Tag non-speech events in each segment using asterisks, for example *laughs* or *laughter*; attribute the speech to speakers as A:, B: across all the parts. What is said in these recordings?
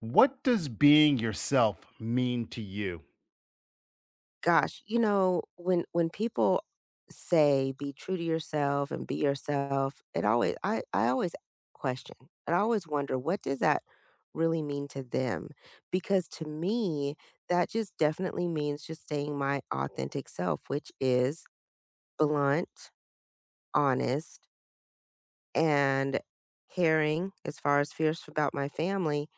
A: What does being yourself mean to you?
B: Gosh, you know, when people say be true to yourself and be yourself, it always I always question. And I always wonder, what does that really mean to them? Because to me, that just definitely means just staying my authentic self, which is blunt, honest, and caring, as far as fierce about my family.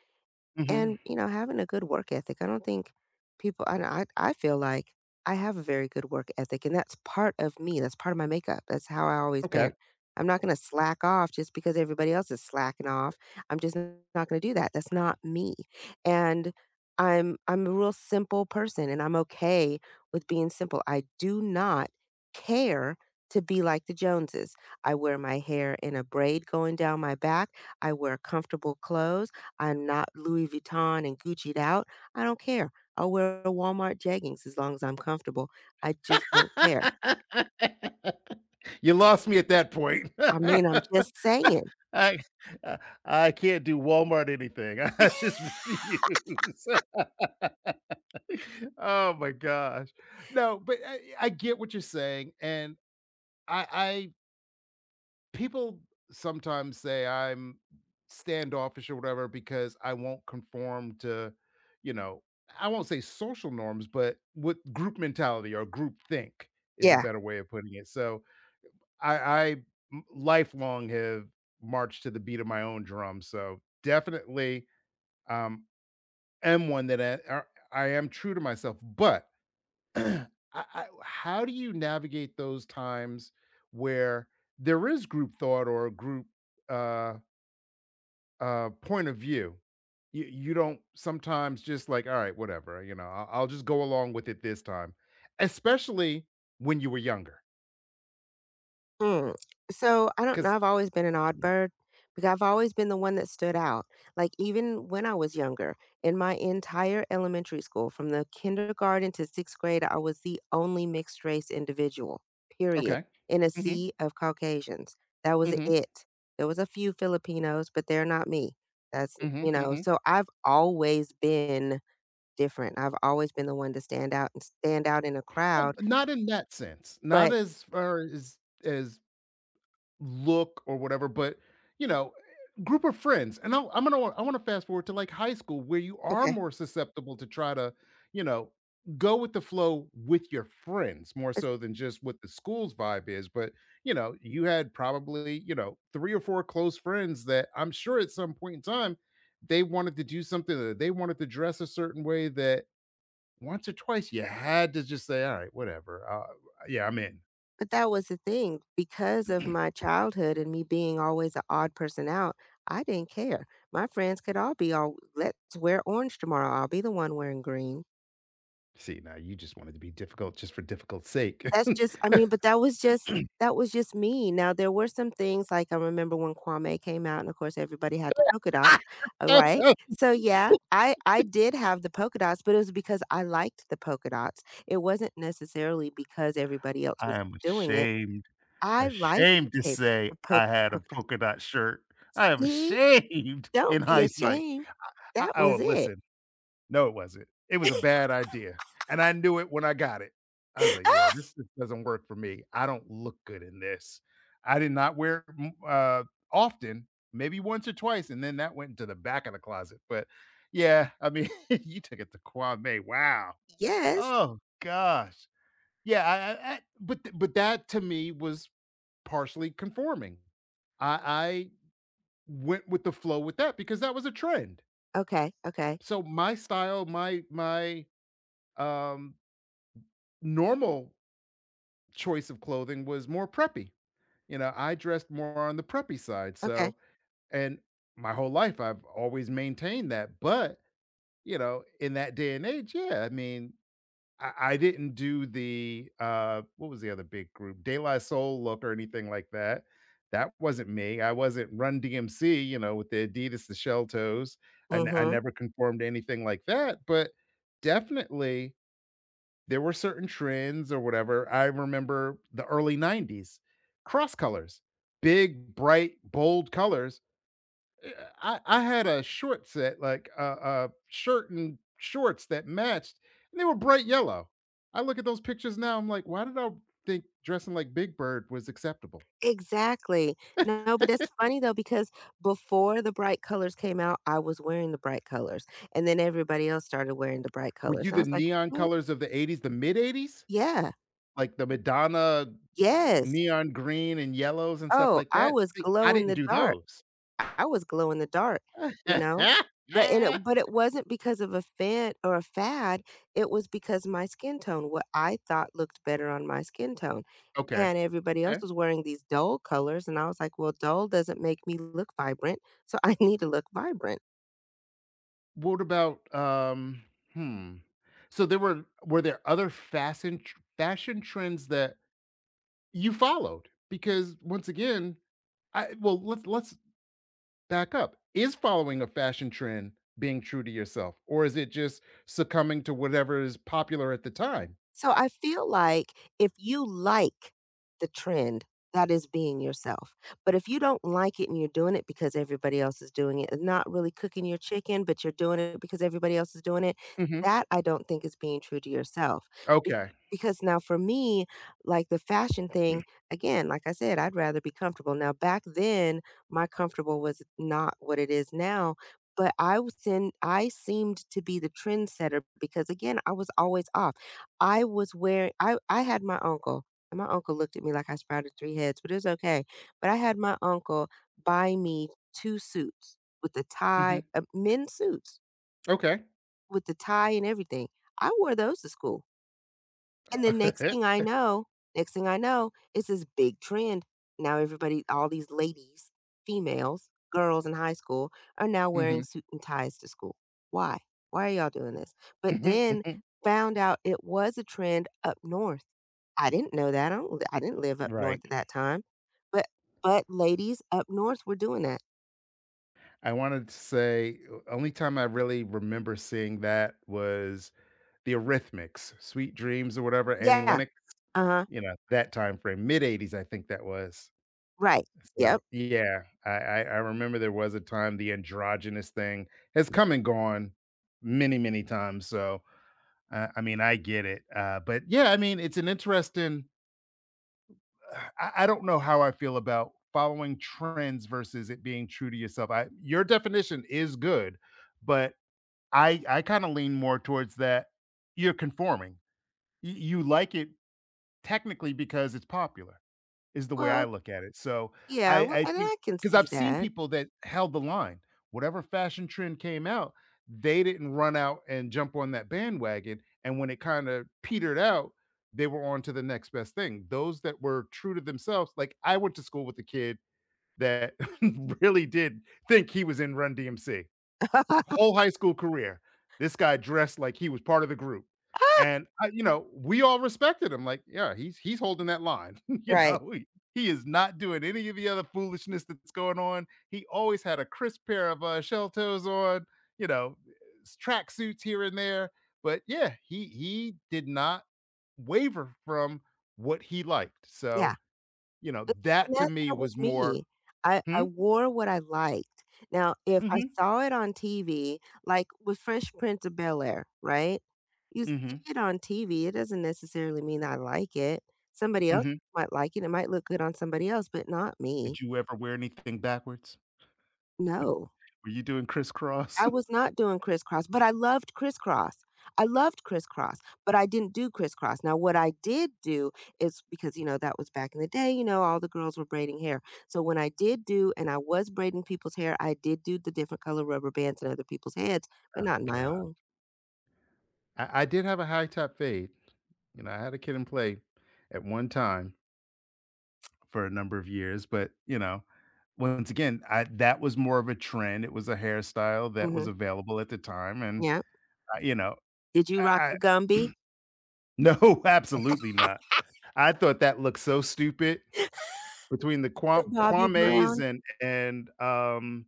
B: And,
A: Mhm.
B: you know, having a good work ethic, I don't think people I feel like I have a very good work ethic, and that's part of me, that's part of my makeup, that's how I always been.
A: Okay.
B: I'm not gonna slack off just because everybody else is slacking off. I'm just not gonna do that, that's not me, and I'm a real simple person, and I'm okay with being simple. I do not care to be like the Joneses. I wear my hair in a braid going down my back, I wear comfortable clothes, I'm not Louis Vuitton and Gucci'd out. I don't care. I'll wear a Walmart jeggings as long as I'm comfortable. I just don't care.
A: You lost me at that point.
B: I mean, I'm just saying.
A: *laughs* I uh, I can't do Walmart anything. *laughs* I just refuse. *laughs* Oh my gosh. No, but I get what you're saying, and I people sometimes say I'm standoffish or whatever because I won't conform to, you know, I won't say social norms, but what group mentality or group think is a
B: Yeah.
A: better way of putting it. So I lifelong have marched to the beat of my own drum. So definitely um, am one that I am true to myself. But *clears throat* I, how do you navigate those times where there is group thought or a group uh, point of view? You don't sometimes just like, all right, whatever, you know, I'll just go along with it this time, especially when you were younger.
B: Mm. So I don't know.
A: Because,
B: I've always been an odd bird because I've always been the one that stood out. Like even when I was younger, in my entire elementary school, from the kindergarten to sixth grade, I was the only mixed race individual, period,
A: okay.
B: in a
A: Hmm.
B: sea of Caucasians. That was
A: Hmm.
B: it. There was a few Filipinos, but they're not me. That's,
A: Hmm. Hmm.
B: so I've always been different. I've always been the one to stand out and stand out in a
A: Well,
B: crowd.
A: not in that sense, not
B: But
A: as far as look or whatever, but you know, group of friends. And I'm gonna I want to fast forward to like high school where you are
B: okay.
A: more susceptible to try to you know go with the flow with your friends more so than just what the school's vibe is. But you know, you had probably you know three or four close friends that I'm sure at some point in time they wanted to do something, that they wanted to dress a certain way, that once or twice you had to just say all right whatever yeah I'm in.
B: But that was the thing, because of my childhood and me being always an odd person out, I didn't care. My friends could all be all, "Let's wear orange tomorrow, I'll be the one wearing green."
A: See, now you just wanted to be difficult just for difficult sake. *laughs*
B: That's just I mean, but that was just me. Now there were some things, like, I remember when Kwame came out, and of course everybody had the polka dot, right? So, yeah, I did have the polka dots, but it was because I liked the polka dots. It wasn't necessarily because everybody else
A: I
B: was
A: am
B: doing it.
A: ashamed,
B: I liked
A: ashamed
B: the
A: to
B: pap the
A: say
B: po
A: I had a
B: polka dots.
A: polka dot shirt. I am
B: See?
A: ashamed *laughs*
B: Don't
A: in
B: be
A: hindsight.
B: ashamed.
A: I
B: That was
A: Oh,
B: it.
A: listen, no, it wasn't. It was a bad idea, and I knew it when I got it. I was like, "Yeah,
B: *laughs*
A: this doesn't work for me. I don't look good in this." I did not wear it m often, maybe once or twice, and then that went into the back of the closet, but yeah, I mean, *laughs* you took it to Kwame, wow.
B: Yes.
A: Oh gosh. Yeah, I but that to me was partially conforming. I went with the flow with that because that was a trend.
B: Okay, okay,
A: So my style, um, normal choice of clothing was more preppy. You know, I dressed more on the preppy side,
B: okay.
A: so and my whole life, I've always maintained that, but, you know, in that day and age, yeah, I mean, I didn't do the, what was the other big group? De La Soul look or anything like that. That wasn't me. I wasn't Run DMC, you know, with the Adidas, the shell toes. And I
B: Mhm.
A: never conformed to anything like that. But definitely, there were certain trends or whatever. I remember the early 90s cross colors, big, bright, bold colors. Yeah, I had a short set, like a shirt and shorts that matched, and they were bright yellow. I look at those pictures now, I'm like, "Why did I think dressing like Big Bird was acceptable?"
B: Exactly. No, but it's
A: *laughs*
B: funny though, because before the bright colors came out, I was wearing the bright colors, and then everybody else started wearing the bright
A: Were
B: colors,
A: you
B: and I
A: the
B: was like,
A: neon
B: "What?"
A: colors of the ‘80s, the mid-‘80s?
B: Yeah.
A: Like the Madonna
B: Yes.
A: neon green and yellows and stuff
B: Oh,
A: like
B: I
A: that?
B: was
A: See, I
B: glow in
A: didn't
B: the
A: do
B: dark.
A: those.
B: I was glow in the dark, you know? But and it
A: *laughs*
B: but it wasn't because of a fad, it was because my skin tone, what I thought looked better on my skin tone.
A: Okay.
B: And everybody else
A: Okay.
B: was wearing these dull colors, and I was like, "Well, dull doesn't make me look vibrant, so I *laughs* need to look vibrant."
A: What about, um hmm. So there were there other fashion trends that you followed? Because once again, I well, let's back up. Is following a fashion trend being true to yourself, or is it just succumbing to whatever is popular at the time?
B: So I feel like, if you like the trend, that is being yourself. But if you don't like it and you're doing it because everybody else is doing it, and not really cooking your chicken, but you're doing it because everybody else is doing it,
A: Mhm.
B: that I don't think is being true to yourself. Be-
A: Okay.
B: Because now for me, like the fashion thing, again, like I said, I'd rather be comfortable. Now, back then, my comfortable was not what it is now. But I seemed to be the trendsetter, because again, I was always off. I was wearing I had my uncle, and my uncle looked at me like I sprouted 3 heads, but it was okay. But I had my uncle buy me 2 suits with the tie
A: Mhm.
B: men's suits
A: Okay.
B: with the tie and everything. I wore those to school, and the next thing
A: *laughs*
B: I know next thing I know, it's this big trend. Now everybody all these ladies, females, girls in high school are now wearing
A: Mhm.
B: suit and ties to school. Why? Why are y'all doing this? But
A: Mhm,
B: then,
A: mhm.
B: found out it was a trend up north. I didn't know that. I didn't live up north
A: Right.
B: at that time. But but ladies up north were doing that.
A: I wanted to say, o only time I really remember seeing that was The Eurythmics, Sweet Dreams or whatever, Annie
B: Yeah.
A: Lennox,
B: Uh-huh.
A: you know, that time frame, mid-80s, I think that was.
B: Right.
A: So,
B: Yep.
A: yeah, I remember there was a time the androgynous thing has come and gone many, many times, so, I mean, I get it, but yeah, I mean, it's an interesting I don't know how I feel about following trends versus it being true to yourself. I your definition is good, but I kinda lean more towards that you're conforming. You like it technically, because it's popular, is the way I
B: Well,
A: look at it. So,
B: yeah, well,
A: I
B: and
A: think,
B: I can
A: because 'cause
B: see
A: I've seen
B: that.
A: people that held the line. Whatever fashion trend came out, they didn't run out and jump on that bandwagon, and when it kinda petered out, they were on to the next best thing. Those that were true to themselves like, I went to school with a kid that *laughs* really did think he was in Run DMC
B: *laughs*
A: whole high school career, this guy dressed like he was part of the group. And I, you know, we all respected him. Like, yeah, he's holding that line. *laughs* You
B: Right.
A: know, he is not doing any of the other foolishness that's going on. He always had a crisp pair of shell toes on. You know, track suits here and there. But yeah, he did not waver from what he liked.
B: Yeah.
A: So you know,
B: And
A: that to
B: that
A: me
B: that was
A: was more.
B: me. I
A: Hmm.
B: wore what I liked. Now, if I
A: Hmm.
B: saw it on TV, like with Fresh Prince of Bel-Air, right? You see
A: Hmm.
B: it on TV, it doesn't necessarily mean I like it. Somebody else
A: Hmm.
B: might like it. It might look good on somebody else, but not me.
A: Did you ever wear anything backwards?
B: No.
A: Were you doing crisscross?
B: I was not doing crisscross, but I loved crisscross. I loved crisscross, but I didn't do crisscross. Now, what I did do is, because, you know, that was back in the day, all the girls were braiding hair. So when I did do, and I was braiding people's hair, I did do the different color rubber bands in other people's heads, but not in
A: *laughs*
B: my
A: God.
B: own.
A: I did have a high top fade. You know, I had a kid in play at one time for a number of years, but, you know, once again, I that was more of a trend. It was a hairstyle that was
B: Mhm.
A: available at the time, and,
B: Yeah.
A: you know,
B: Did you rock
A: I
B: the Gumby?
A: I *clears throat* no, *laughs* absolutely not. I thought that looked so stupid between the
B: The Bobby
A: Kwame's
B: Brown?
A: and and, um,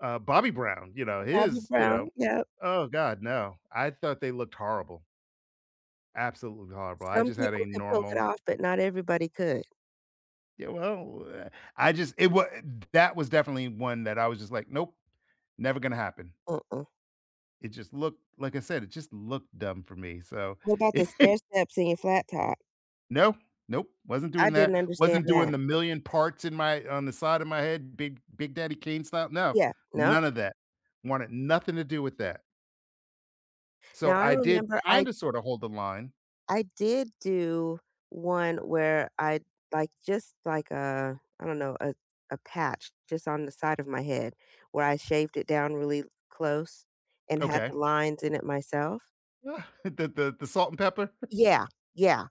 A: uh, Bobby Brown, you know,
B: The Bobby
A: his, you
B: Brown,
A: know.
B: yep.
A: Oh, god, no. I thought they looked horrible. Absolutely horrible. I
B: Some
A: just had
B: people
A: a
B: could pull it
A: normal
B: off, but not everybody could.
A: yeah, well, eh, I just it was that was definitely one that I was just like, "Nope, never gonna happen."
B: Uh mm
A: It just looked like I said, it just looked dumb for me, so
B: What about the stair
A: *laughs*
B: steps in your flat top?
A: no, nope, wasn't
B: I
A: doing that.
B: didn't understand
A: Wasn't doing
B: that.
A: the million parts in my on the side of my head, Big Daddy Kane style. No,
B: Yeah. No.
A: none of that. Wanted nothing to do with that. So
B: Now I
A: I did
B: remember I
A: kinda sorta hold the line.
B: I did do one where I, like, just like a I don't know, a patch just on the side of my head, where I shaved it down really close and had the
A: Okay.
B: lines in it myself.
A: *laughs* The the salt and pepper?
B: Yeah, yeah,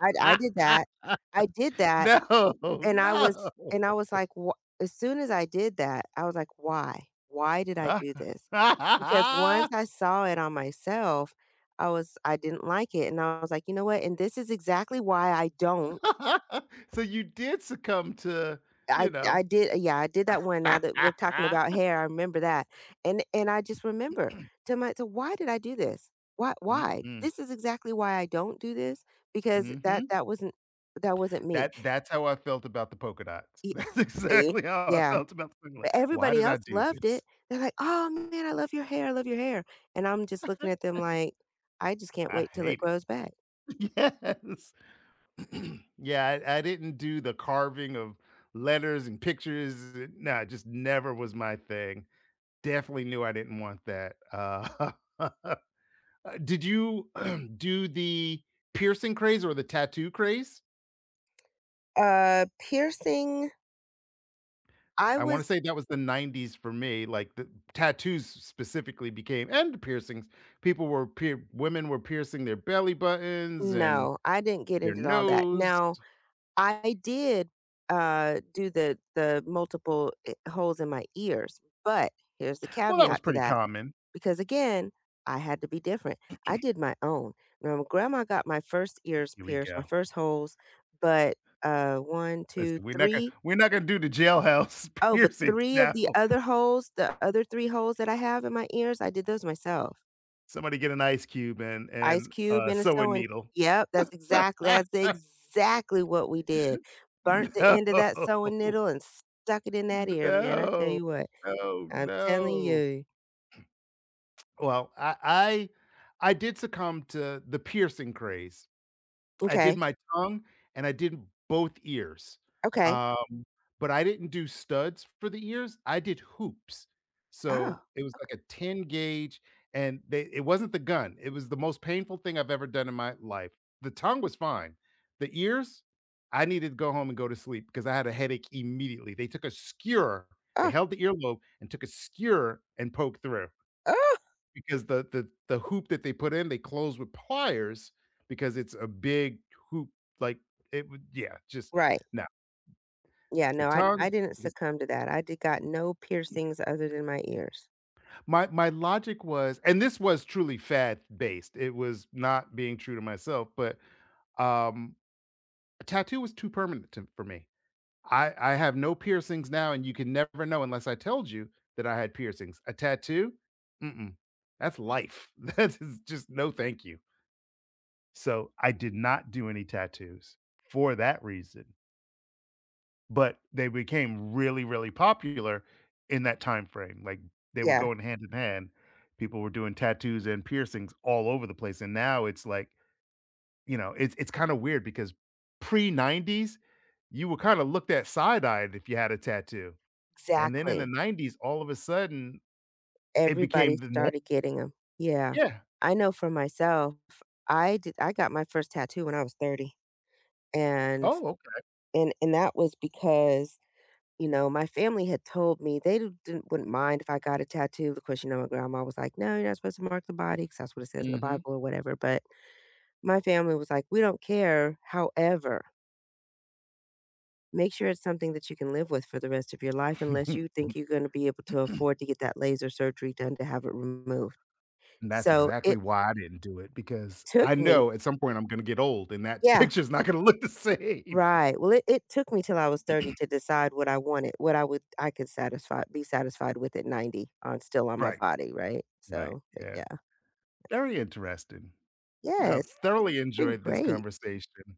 B: I did that. I did that.
A: No, no.
B: And I was like, "Wha—" As soon as I did that, I was like, "Why? Why did I do this?" Because once
A: Ah. *laughs*
B: I saw it on myself, I didn't like it, and I was like, "You know what? And this is exactly why I don't."
A: So you did succumb to,
B: I
A: you
B: I
A: know.
B: did, yeah, I did that one. Now that we're
A: *laughs*
B: talking about hair, I remember that, and I just remember, to my— Why did I do this? Why, why?
A: Mm-mm,
B: This is exactly why I don't do this, because that
A: mhm.
B: that wasn't that wasn't me.
A: That that's how I felt about the polka dots.
B: Y
A: *laughs* That's
B: See?
A: exactly how I
B: Yeah.
A: felt about the polka dot.
B: But
A: "Why
B: everybody
A: did I
B: else
A: do
B: loved it.
A: this?
B: They're like, "Oh, man, I love your hair, I love your hair." And I'm just looking at them like, "I just can't
A: I
B: wait till it
A: hate it."
B: grows back."
A: *laughs* Yes. *clears throat* Yeah, I didn't do the carving of letters and pictures, no, it just never was my thing. Definitely knew I didn't want that. *laughs* Did you *clears throat* do the piercing craze or the tattoo craze?
B: Piercing, I
A: I
B: was
A: wanna say that was the '90s for me, like, the tattoos specifically became and piercings, people were pier women were piercing their belly buttons and
B: no, I didn't get
A: their
B: into all that.
A: nose.
B: Now, I did do the multiple holes in my ears, but here's the
A: Well, that was
B: caveat to
A: pretty
B: that,
A: common.
B: because again, I had to be different. I did my own. Now, my grandma got my first ears
A: Here we
B: pierced, my
A: go.
B: first holes, but, 1, two,
A: Listen,
B: three.
A: we're not gonna do the jailhouse *laughs*
B: Oh, but
A: piercings
B: 3 of
A: now.
B: the other holes, the other 3 holes that I have in my ears, I did those myself.
A: Somebody get an ice cube and
B: Ice Cube and a sew
A: sewing
B: and
A: needle. *laughs*
B: Yep, that's exactly what we did. Burnt the
A: No.
B: end of that sewing needle and stuck it in that ear, man, I tell
A: No.
B: you what.
A: No,
B: I'm telling
A: no.
B: you.
A: Well, I I did succumb to the piercing craze. I did
B: Okay,
A: my tongue and I did both ears,
B: okay.
A: um, but I didn't do studs for the ears, I did hoops.
B: Oh,
A: So, it was
B: ok
A: like a 10 gauge, and they it wasn't the gun, it was the most painful thing I've ever done in my life. The tongue was fine. The ears, I needed to go home and go to sleep because I had a headache immediately. They took a skewer, they
B: oh,
A: held the earlobe and took a skewer and poked through.
B: oh!
A: Because the hoop that they put in, they close with pliers because it's a big hoop, like, it would yeah, just
B: Right.
A: no.
B: Yeah,
A: The
B: no, I
A: tongue
B: I didn't
A: just
B: succumb to that. I did got no piercings other than my ears.
A: my logic was, and this was truly fad-based, it was not being true to myself, but, um, a tattoo was too permanent to for me. I have no piercings now, and you can never know unless I told you that I had piercings. A tattoo? Mm-mm. That's life. *laughs* That is just no thank you. So, I did not do any tattoos for that reason, but they became really, really popular in that time frame, like, they were
B: Yeah,
A: going hand in hand. People were doing tattoos and piercings all over the place, and now it's like, you know, it's kinda weird because pre-90s, you were kinda looked at side-eyed if you had a tattoo, and then in the
B: exactly.
A: 90s, all of a sudden, it
B: Everybody
A: became the norm.
B: started getting them. Yeah.
A: Yeah.
B: I know for myself, I got my first tattoo when I was 30, and
A: Oh, okay.
B: that was because, you know, my family had told me they d didn't wouldn't mind if I got a tattoo. Of course, my grandma was like, "No, you're not supposed to mark the body, because that's what it says in the
A: Mhm.
B: Bible or whatever," but my family was like, "We don't care. However, make sure it's something that you can live with for the rest of your life, unless you
A: *laughs*
B: think you're gonna be able to afford to get that laser surgery done to have it removed."
A: And that's
B: So,
A: exactly
B: it
A: why I didn't do it because I
B: took me
A: know at some point I'm gonna get old and that *laughs*
B: yeah,
A: picture's not gonna look the same. *laughs*
B: right. Well, it took me till I was 30 to decide what I wanted, what I could satisfy be satisfied with at 90 on still on my
A: Right,
B: body, right?
A: right,
B: So, but
A: yeah.
B: yeah.
A: Very interesting. You know, I've
B: Yes,
A: thoroughly
B: been
A: enjoyed this
B: great.
A: conversation.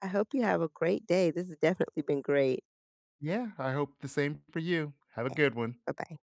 B: I hope you have a great day. This has definitely been great.
A: Yeah, I hope the same for you. Have a
B: Okay,
A: good one.
B: bye-bye.